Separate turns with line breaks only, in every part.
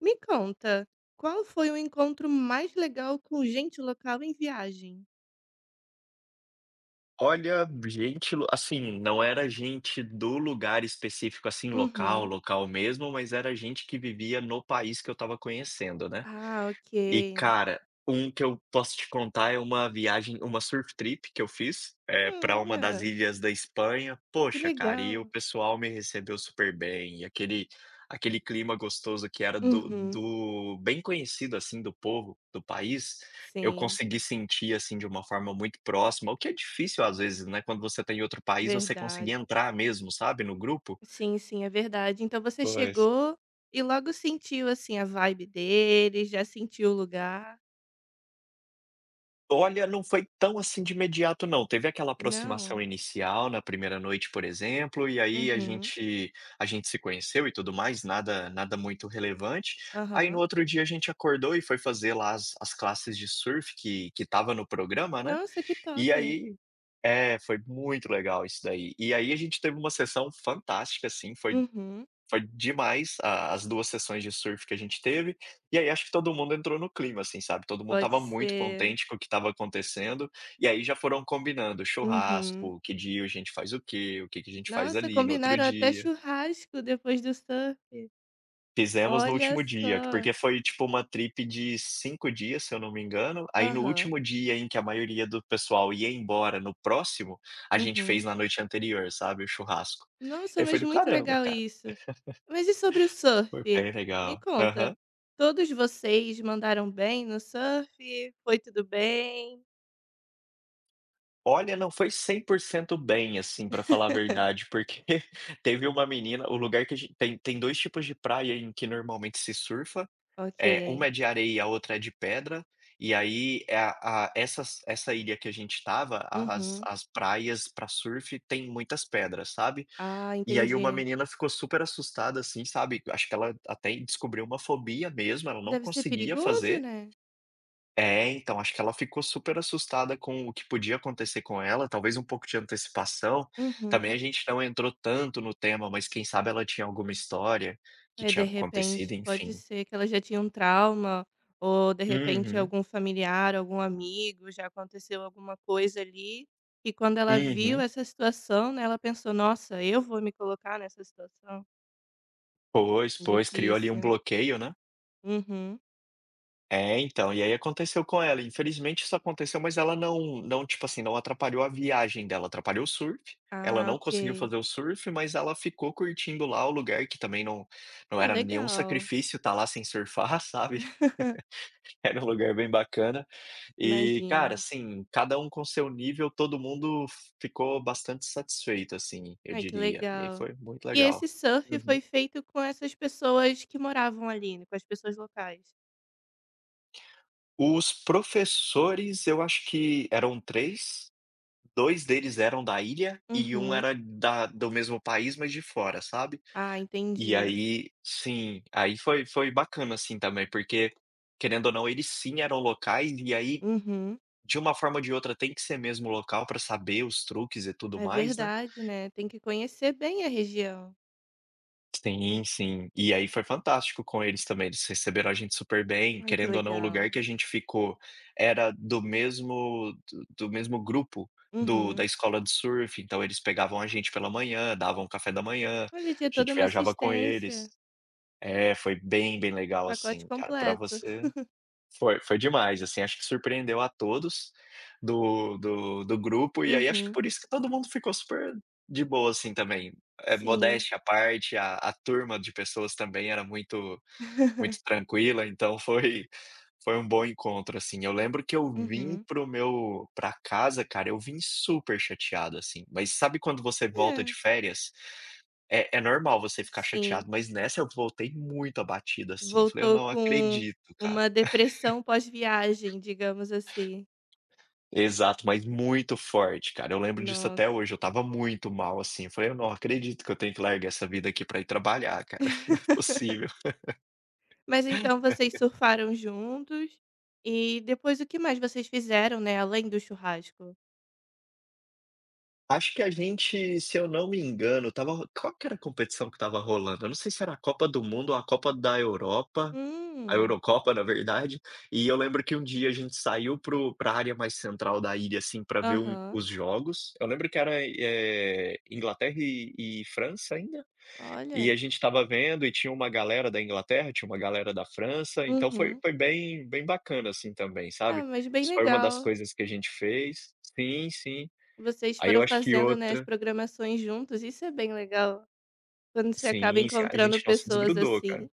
Me conta, qual foi o encontro mais legal com gente local em viagem?
Olha, não era gente do lugar específico, assim, local,
Uhum.
local mesmo, mas era gente que vivia no país que eu estava conhecendo, né.
Ah,
E
ok.
cara, um que eu posso te contar é uma surf trip que eu fiz, pra uma das
Olha,
ilhas da Espanha.
que
Poxa, cara, e o
legal.
pessoal me recebeu super bem, e aquele clima gostoso que era do
Uhum.
do bem conhecido, assim, do povo do país, eu
Sim,
consegui sentir, assim, de uma forma muito próxima, o que é difícil às vezes, né, quando você está em outro país, você
verdade.
conseguir entrar mesmo, sabe, no grupo.
Sim, sim, é verdade. Então você
Pois.
chegou e logo sentiu assim a vibe deles, já sentiu o lugar?
Olha, não foi tão assim de imediato não, teve aquela
Não.
aproximação inicial na primeira noite, por exemplo, e aí a
Uhum.
gente a gente se conheceu e tudo mais, nada muito relevante. Aí no
Aham.
outro dia a gente acordou e foi fazer lá as classes de surf que estava no programa, né,
Nossa, que top.
e aí foi muito legal isso daí. E aí a gente teve uma sessão fantástica, assim, foi
Uhum.
foi demais a as 2 sessões de surf que a gente teve, e aí acho que todo mundo entrou no clima, assim, sabe, todo mundo
Pode
tava muito
ser.
contente com o que estava acontecendo, e aí já foram combinando
Uhum.
churrasco, que dia a gente faz o quê, o que que a gente faz
Nossa,
ali no outro
combinaram até
dia.
churrasco depois do surf.
Fizemos no
Olha
último dia,
só.
porque foi tipo uma trip de 5 dias, se eu não me engano. Aí no
Aham.
último dia, em que a maioria do pessoal ia embora no próximo, a gente fez
Uhum.
na noite anterior, sabe, o churrasco.
Nossa,
E foi
mas
do
muito
caramba,
legal
cara,
isso. Mas e sobre o
foi
surf?
bem
Me
legal.
conta.
Aham.
Todos vocês mandaram bem no surf? Foi tudo bem?
Olha, não foi 100% bem, assim, pra falar a verdade, porque teve uma menina o lugar que a gen tem 2 tipos de praia em que normalmente se surfa.
Ok.
É uma é de areia, e a outra é de pedra, e aí, essa ilha que a gente estava, as
Uhum.
as praias pra surf tem muitas pedras, sabe.
Ah,
E aí uma
entendi.
menina ficou super assustada, assim, sabe, acho que ela até descobriu uma fobia mesmo, ela não
Deve ser
conseguia
perigoso,
fazer.
né?
É, então, acho que ela ficou super assustada com o que podia acontecer com ela, talvez um pouco de antecipação.
Uhum.
Também a gente não entrou tanto no tema, mas quem sabe ela tinha alguma história que
É, de
tinha acontecido,
repente, pode
enfim.
ser que ela já tinha um trauma, ou de repente
Uhum,
algum familiar, algum amigo, já aconteceu alguma coisa ali, e quando ela viu
uhum.
essa situação, né, ela pensou: "Nossa, eu vou me colocar nessa situação?
Pois, pois, criou ali um
Difícil".
bloqueio, né.
Uhum.
É, então, e aí aconteceu com ela. Infelizmente isso aconteceu, mas ela não, tipo assim, não atrapalhou a viagem dela, atrapalhou o surf. Ela
Ah,
não conseguiu
ok.
fazer o surf, mas ela ficou curtindo lá o lugar, que também não
Ah,
era nenhum
legal.
sacrifício estar lá sem surfar, sabe. Era um lugar bem bacana. E, cara,
Imagino.
assim, cada um com seu nível, todo mundo ficou bastante satisfeito, assim, eu
Ai, que
diria. E aí
legal.
foi muito
E
legal.
esse surf
Uhum.
foi feito com essas pessoas que moravam ali, né, com as pessoas locais?
Os professores, eu acho que eram três. Dois deles eram da ilha e um
Uhum.
era da do mesmo país, mas de fora, sabe.
Ah,
E
entendi.
aí sim, aí foi bacana, assim, também, porque, querendo ou não, eles sim eram locais, e aí,
Uhum.
de uma forma ou de outra, tem que ser mesmo local para saber os truques e tudo
É
mais, né.
verdade, né, tem que conhecer bem a região.
Sim, sim. E aí foi fantástico com eles também, eles receberam a gente super bem.
Ai, que
Querendo ou não, o
legal.
lugar que a gente ficou era do mesmo grupo do da
Uhum.
escola de surf, então eles pegavam a gente pela manhã, davam um café da manhã, a
Olha, tinha toda
gente
uma
viajava com eles.
assistência,
É, foi bem, bem legal
pacote
assim, cara. Para
completo.
você, foi demais, assim, acho que surpreendeu a todos do grupo, e aí acho que
Uhum,
por isso que todo mundo ficou super de boa, assim, também. É
sim.
modéstia à parte, a turma de pessoas também era muito muito tranquila, então foi um bom encontro, assim. Eu lembro que eu vim
Uhum.
pro meu pra casa, cara, eu vim super chateado, assim, mas sabe quando você volta
É,
de férias, é normal você ficar
sim.
chateado, mas nessa eu voltei muito abatido, assim, eu falei: "Eu
Voltou
não
com
acredito, cara".
uma depressão pós-viagem, digamos assim.
Exato, mas muito forte, cara. Eu lembro disso até
Nossa.
hoje, eu tava muito mal, assim, eu falei: "Eu não acredito que eu tenho que largar essa vida aqui pra ir trabalhar, cara, não é possível".
Mas então vocês surfaram juntos e depois o que mais vocês fizeram, né, além do churrasco?
Acho que a gente, se eu não me engano, tava... Qual que era a competição que tava rolando? Eu não sei se era a Copa do Mundo ou a Copa da Europa, a
Hum,
Eurocopa, na verdade, e eu lembro que um dia a gente saiu para o pra área mais central da ilha, assim, pra ver
aham.
os jogos. Eu lembro que era, Inglaterra e França ainda? E
Olha.
a gente estava vendo e tinha uma galera da Inglaterra, tinha uma galera da França, então foi
Uhum.
foi bem bem bacana, assim, também,
Ah,
sabe.
mas bem
Isso foi uma das
legal.
coisas que a gente fez. Sim, sim.
Vocês
Aí eu
foram
acho que
fazendo, né, as
outra...
programações juntos, isso é bem legal. Quando você acaba
Sim, sim, a
encontrando
gente não se
pessoas
desgrudou, cara.
assim,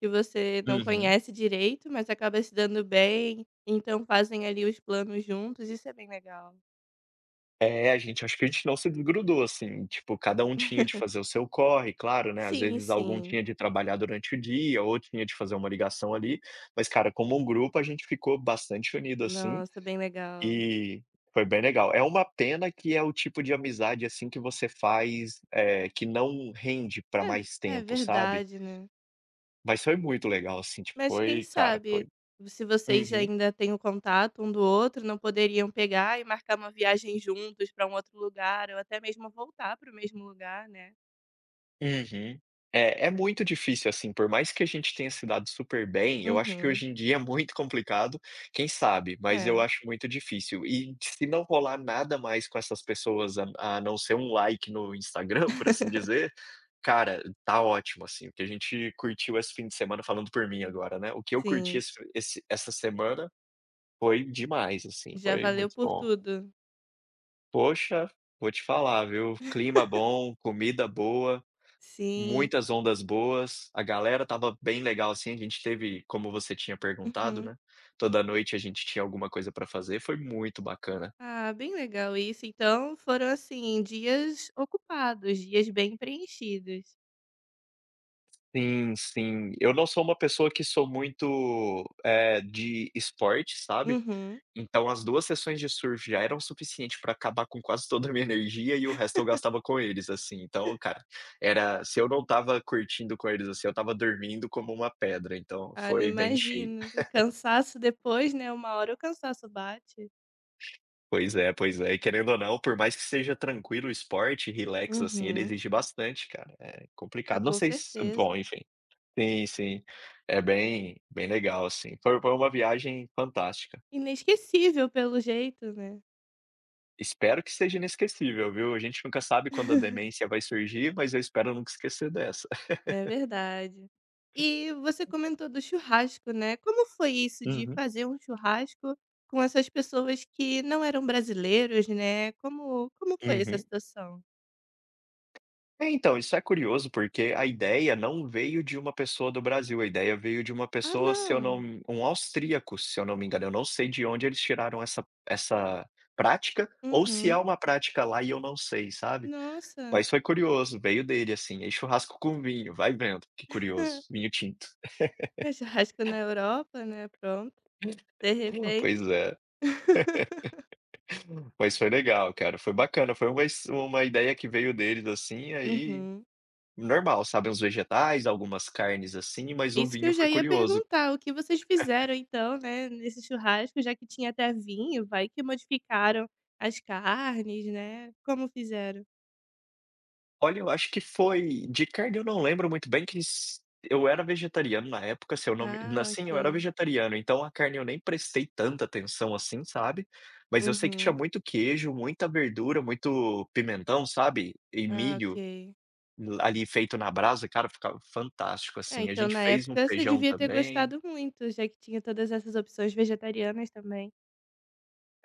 que você não
Uhum.
conhece direito, mas acaba se dando bem, então fazem ali os planos juntos, isso é bem legal.
É, a gente, acho que a gente não se desgrudou, assim, tipo, cada um tinha de fazer o seu corre, claro, né, às
Sim,
vezes algum
sim.
tinha de trabalhar durante o dia, outro tinha de fazer uma ligação ali, mas, cara, como um grupo a gente ficou bastante unido, assim.
Nossa, bem legal.
E foi bem legal. É uma pena que é o tipo de amizade, assim, que você faz, que não rende para
É,
mais
é
tempo, sabe.
verdade, né?
Mas foi muito legal, assim, tipo,
Mas quem
foi, cara, foi.
sabe, se vocês
Uhum,
ainda têm o contato um do outro, não poderiam pegar e marcar uma viagem juntos para um outro lugar, ou até mesmo voltar para o mesmo lugar, né?
uhum. É, é muito difícil, assim, por mais que a gente tenha se dado super bem. Eu acho que
Uhum.
hoje em dia é muito complicado, quem sabe, mas eu
É.
acho muito difícil. E se não rolar nada mais com essas pessoas, a não ser um like no Instagram, por assim dizer, cara, tá ótimo, assim. O que a gente curtiu esse fim de semana, falando por mim agora, né? O que eu curti
Sim,
essa semana foi demais, assim,
já
foi
valeu
muito
por
bom.
tudo.
Poxa, vou te falar, viu? Clima bom, comida boa.
Sim.
Muitas ondas boas, a galera tava bem legal, assim, a gente teve, como você tinha perguntado,
Uhum.
né, toda noite a gente tinha alguma coisa pra fazer, foi muito bacana.
Ah, bem legal isso. Então foram, assim, dias ocupados, dias bem preenchidos.
Sim, sim. Eu não sou uma pessoa que sou muito, de esporte, sabe,
Uhum.
então as 2 sessões de surf já eram suficiente pra acabar com quase toda a minha energia e o resto eu gastava com eles, assim, então, cara, era se eu não tava curtindo com eles, assim, eu tava dormindo como uma pedra, então
Ah, eu
foi bem cheio.
imagino. O cansaço depois, né, uma hora o cansaço bate.
Pois é, pois é. E querendo ou não, por mais que seja tranquilo o esporte, relax, assim, ele
Uhum.
exige bastante, cara. É
Ah,
complicado. Não
com
sei se bom,
certeza.
enfim. Sim, sim. É bem bem legal, assim. Foi uma viagem fantástica.
Inesquecível pelo jeito, né?
Espero que seja inesquecível, viu. A gente nunca sabe quando a demência vai surgir, mas eu espero nunca esquecer dessa.
É verdade. E você comentou do churrasco, né. Como foi isso de
Uhum,
fazer um churrasco com essas pessoas que não eram brasileiros, né. Como foi essa
uhum.
situação?
É, então, isso é curioso, porque a ideia não veio de uma pessoa do Brasil, a ideia veio de uma
Ah,
pessoa, se eu
não.
não um austríaco, se eu não me engano, eu não sei de onde eles tiraram essa prática, ou se é
Uhum.
uma prática lá e eu não sei, sabe.
Nossa,
Mas foi curioso, veio dele, assim, aí churrasco com vinho, vai vendo, que curioso, vinho tinto.
é churrasco na Europa, né, pronto, de
Hum. Pois
repente.
é, mas foi legal, cara, foi bacana, foi uma ideia que veio deles, assim, aí
Uhum.
normal, sabe, uns vegetais, algumas carnes, assim, mas o
Isso que eu
vinho
já
foi
ia
curioso.
perguntar, o que vocês fizeram então, né, nesse churrasco, já que tinha até vinho, vai que modificaram as carnes, né. Como fizeram?
Olha, eu acho que foi de carne eu não lembro muito bem, que s eu era vegetariano na época, se eu não me
Ah,
assim,
ok.
eu era vegetariano, então a carne eu nem prestei tanta atenção assim, sabe. Mas eu sei que tinha
Uhum.
muito queijo, muita verdura, muito pimentão, sabe, e
Ah,
milho
ok.
ali feito na brasa, cara, ficava fantástico,
É,
assim. A
então
gente
na
fez um
época você
feijão
devia ter
também.
gostado muito, já que tinha todas essas opções vegetarianas também.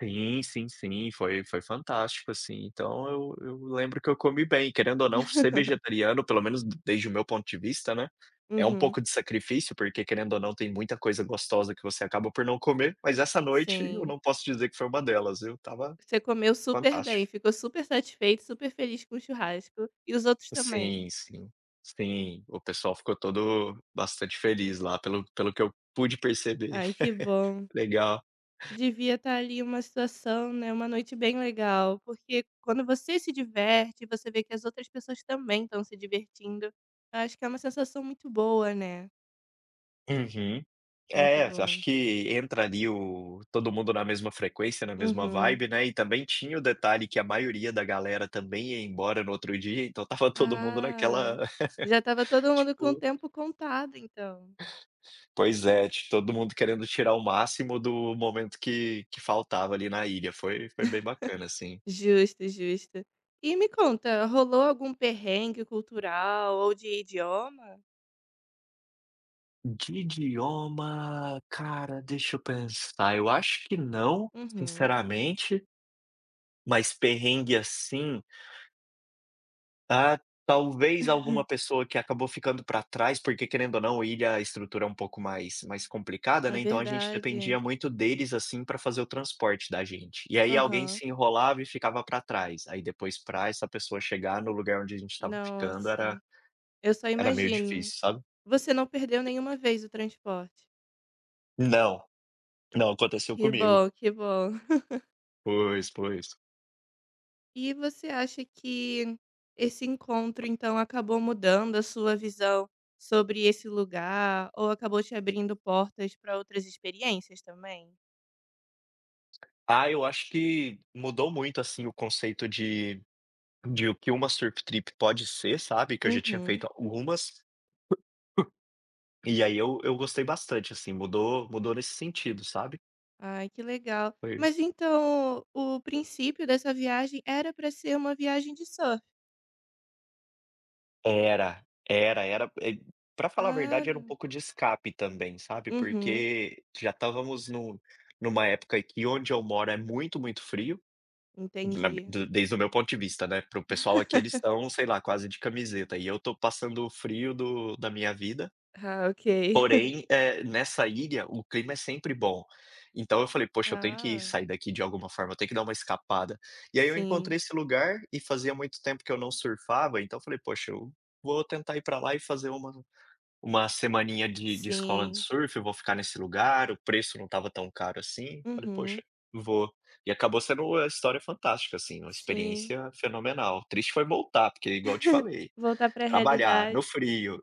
Sim, sim, sim, foi fantástico, assim, então eu lembro que eu comi bem. Querendo ou não, ser vegetariano, pelo menos desde o meu ponto de vista, né, é um
Uhum.
pouco de sacrifício, porque querendo ou não tem muita coisa gostosa que você acaba por não comer, mas essa noite eu
Sim.
não posso dizer que foi uma delas. Eu tava
Você comeu super bem,
fantástico.
ficou super satisfeito, super feliz com o churrasco. E os outros também.
Sim, sim, sim, o pessoal ficou todo bastante feliz lá, pelo que eu pude perceber.
Ai, que bom.
Legal.
Devia estar ali uma situação, né? Uma noite bem legal. Porque quando você se diverte, você vê que as outras pessoas também estão se divertindo. Acho que é uma sensação muito boa, né?
Uhum.
Muito
É,
bom.
acho que entra ali o todo mundo na mesma frequência, na mesma
Uhum.
vibe, né, e também tinha o detalhe que a maioria da galera também ia embora no outro dia, então tava todo mundo
Ah,
naquela,
já estava todo mundo com o
tipo
tempo contado então.
pois é, ti todo mundo querendo tirar o máximo do momento que faltava ali na ilha, foi bem bacana, assim.
Justo, justo. E me conta, rolou algum perrengue cultural ou de idioma?
De idioma, cara, deixa eu pensar, eu acho que não,
Uhum.
sinceramente, mas perrengue assim. Ah, talvez alguma pessoa que acabou ficando para trás, porque querendo ou não, ilha, a estrutura é um pouco mais complicada,
a
né, então a gente
verdade.
dependia muito deles, assim, para fazer o transporte da gente. E aí alguém
Aham.
se enrolava e ficava para trás, aí depois para essa pessoa chegar no lugar onde a gente estava ficando
Nossa,
era
eu só
era meio
imagino.
difícil, sabe.
Você não perdeu nenhuma vez o transporte.
Não, não, aconteceu
Que
comigo.
bom, que bom.
Pois, pois.
E você acha que esse encontro, então, acabou mudando a sua visão sobre esse lugar ou acabou te abrindo portas para outras experiências também?
Ah, eu acho que mudou muito, assim, o conceito de o que uma surf trip pode ser, sabe, que eu já tinha
Uhum.
feito algumas. E aí eu gostei bastante, assim, mudou nesse sentido, sabe.
Ai, que legal.
Foi.
Mas então o princípio dessa viagem era para ser uma viagem de surf?
Era, era era, pra falar a
Ah,
verdade era um pouco de escape também, sabe,
uhum,
porque já estávamos no numa época aqui onde eu moro é muito, muito frio, na mi
entendi.
do desde o meu ponto de vista, né, para o pessoal aqui eles estão, sei lá, quase de camiseta e eu estou passando o frio do da minha vida.
Ah, ok.
Porém, nessa ilha, o clima é sempre bom. Então eu falei: "Poxa, eu tenho que
Ah,
sair daqui de alguma forma, eu tenho que dar uma escapada". E aí eu encontrei
sim,
esse lugar e fazia muito tempo que eu não surfava, então eu falei: "Poxa, eu vou tentar ir pra lá e fazer uma semaninha de escola de
sim.
surf, eu vou ficar nesse lugar", o preço não estava tão caro assim. Falei:
Uhum,
"Poxa, vou". E acabou sendo uma história fantástica, assim, uma
sim.
experiência fenomenal. Triste foi voltar, porque igual eu te falei,
Voltar para a
trabalhar no
realidade.
frio.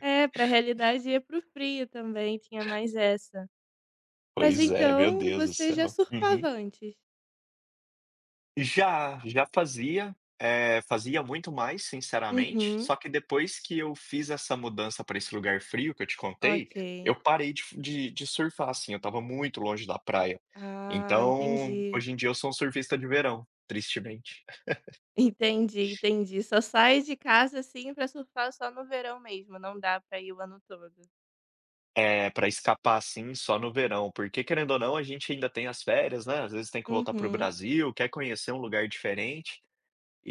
É, pra realidade ia para o frio também, tinha mais essa. Mas
Pois é, meu
então
Deus do
você já
céu. Uhum.
surfava antes?
Já, já fazia, fazia muito mais, sinceramente,
Uhum,
só que depois que eu fiz essa mudança para esse lugar frio que eu te contei,
ok.
eu parei de surfar, assim, eu estava muito longe da praia.
Ah,
Então,
entendi.
hoje em dia eu sou um surfista de verão, tristemente.
Entendi, entendi. Só sai de casa, assim, para surfar só no verão mesmo, não dá para ir o ano todo.
É, para escapar, assim, só no verão, porque querendo ou não, a gente ainda tem as férias, né, às vezes tem que voltar para o
Uhum,
Brasil, quer conhecer um lugar diferente.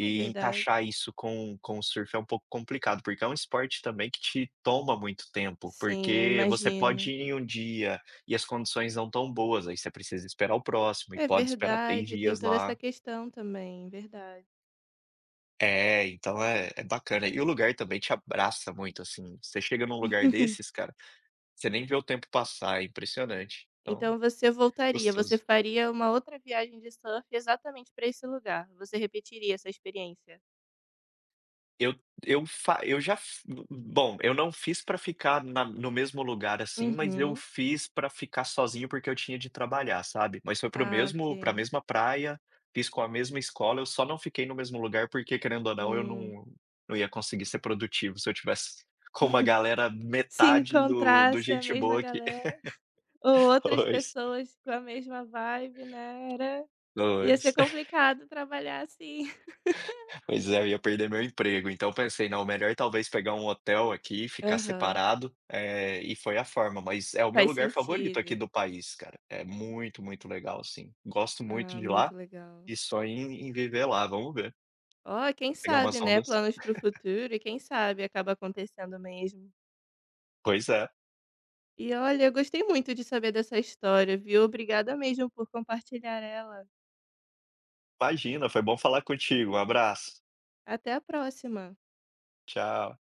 é verdade.
encaixar isso com o surf é um pouco complicado, porque é um esporte também que te toma muito tempo,
Sim, eu
porque você pode
imagino.
ir em um dia e as condições não tão boas, aí você precisa esperar o próximo e
É
pode esperar 3
verdade, tem
dias
toda essa
lá.
questão também, verdade.
É, então é bacana. E o lugar também te abraça muito, assim, você chega num lugar desses, cara, você nem vê o tempo passar, é impressionante. Então,
Então você voltaria, você
gostoso.
faria uma outra viagem de surf exatamente para esse lugar, você repetiria essa experiência?
Eu eu fa eu já f bom, eu não fiz para ficar na no mesmo lugar, assim, mas eu
Uhum.
fiz para ficar sozinho, porque eu tinha de trabalhar, sabe. Mas foi para o
Ah,
mesmo para a
ok.
mesma praia, fiz com a mesma escola, eu só não fiquei no mesmo lugar, porque querendo ou não, eu
Hum.
não não ia conseguir ser produtivo se eu tivesse com uma galera
Se
metade do
encontrasse a
gente
mesma
boa que
galera ou outras
dois
pessoas com a mesma vibe, né, era ia ser
pois.
complicado trabalhar assim.
Pois é, eu ia perder meu emprego, então eu pensei: "Não, melhor talvez pegar um hotel aqui, ficar
Aham,
separado", e foi a forma, mas é o meu
faz
lugar favorito aqui
sentido.
do país, cara, é muito, muito legal, assim, gosto muito
Ah,
de
muito
lá
legal.
e só em viver lá, vamos ver,
Ó, quem
pegar
sabe,
umas
né,
ondas.
planos para o futuro e quem sabe acaba acontecendo mesmo.
Pois é,
E olha, eu gostei muito de saber dessa história, viu? Obrigada mesmo por compartilhar ela.
imagina, foi bom falar contigo, um abraço,
Até a próxima.
tchau.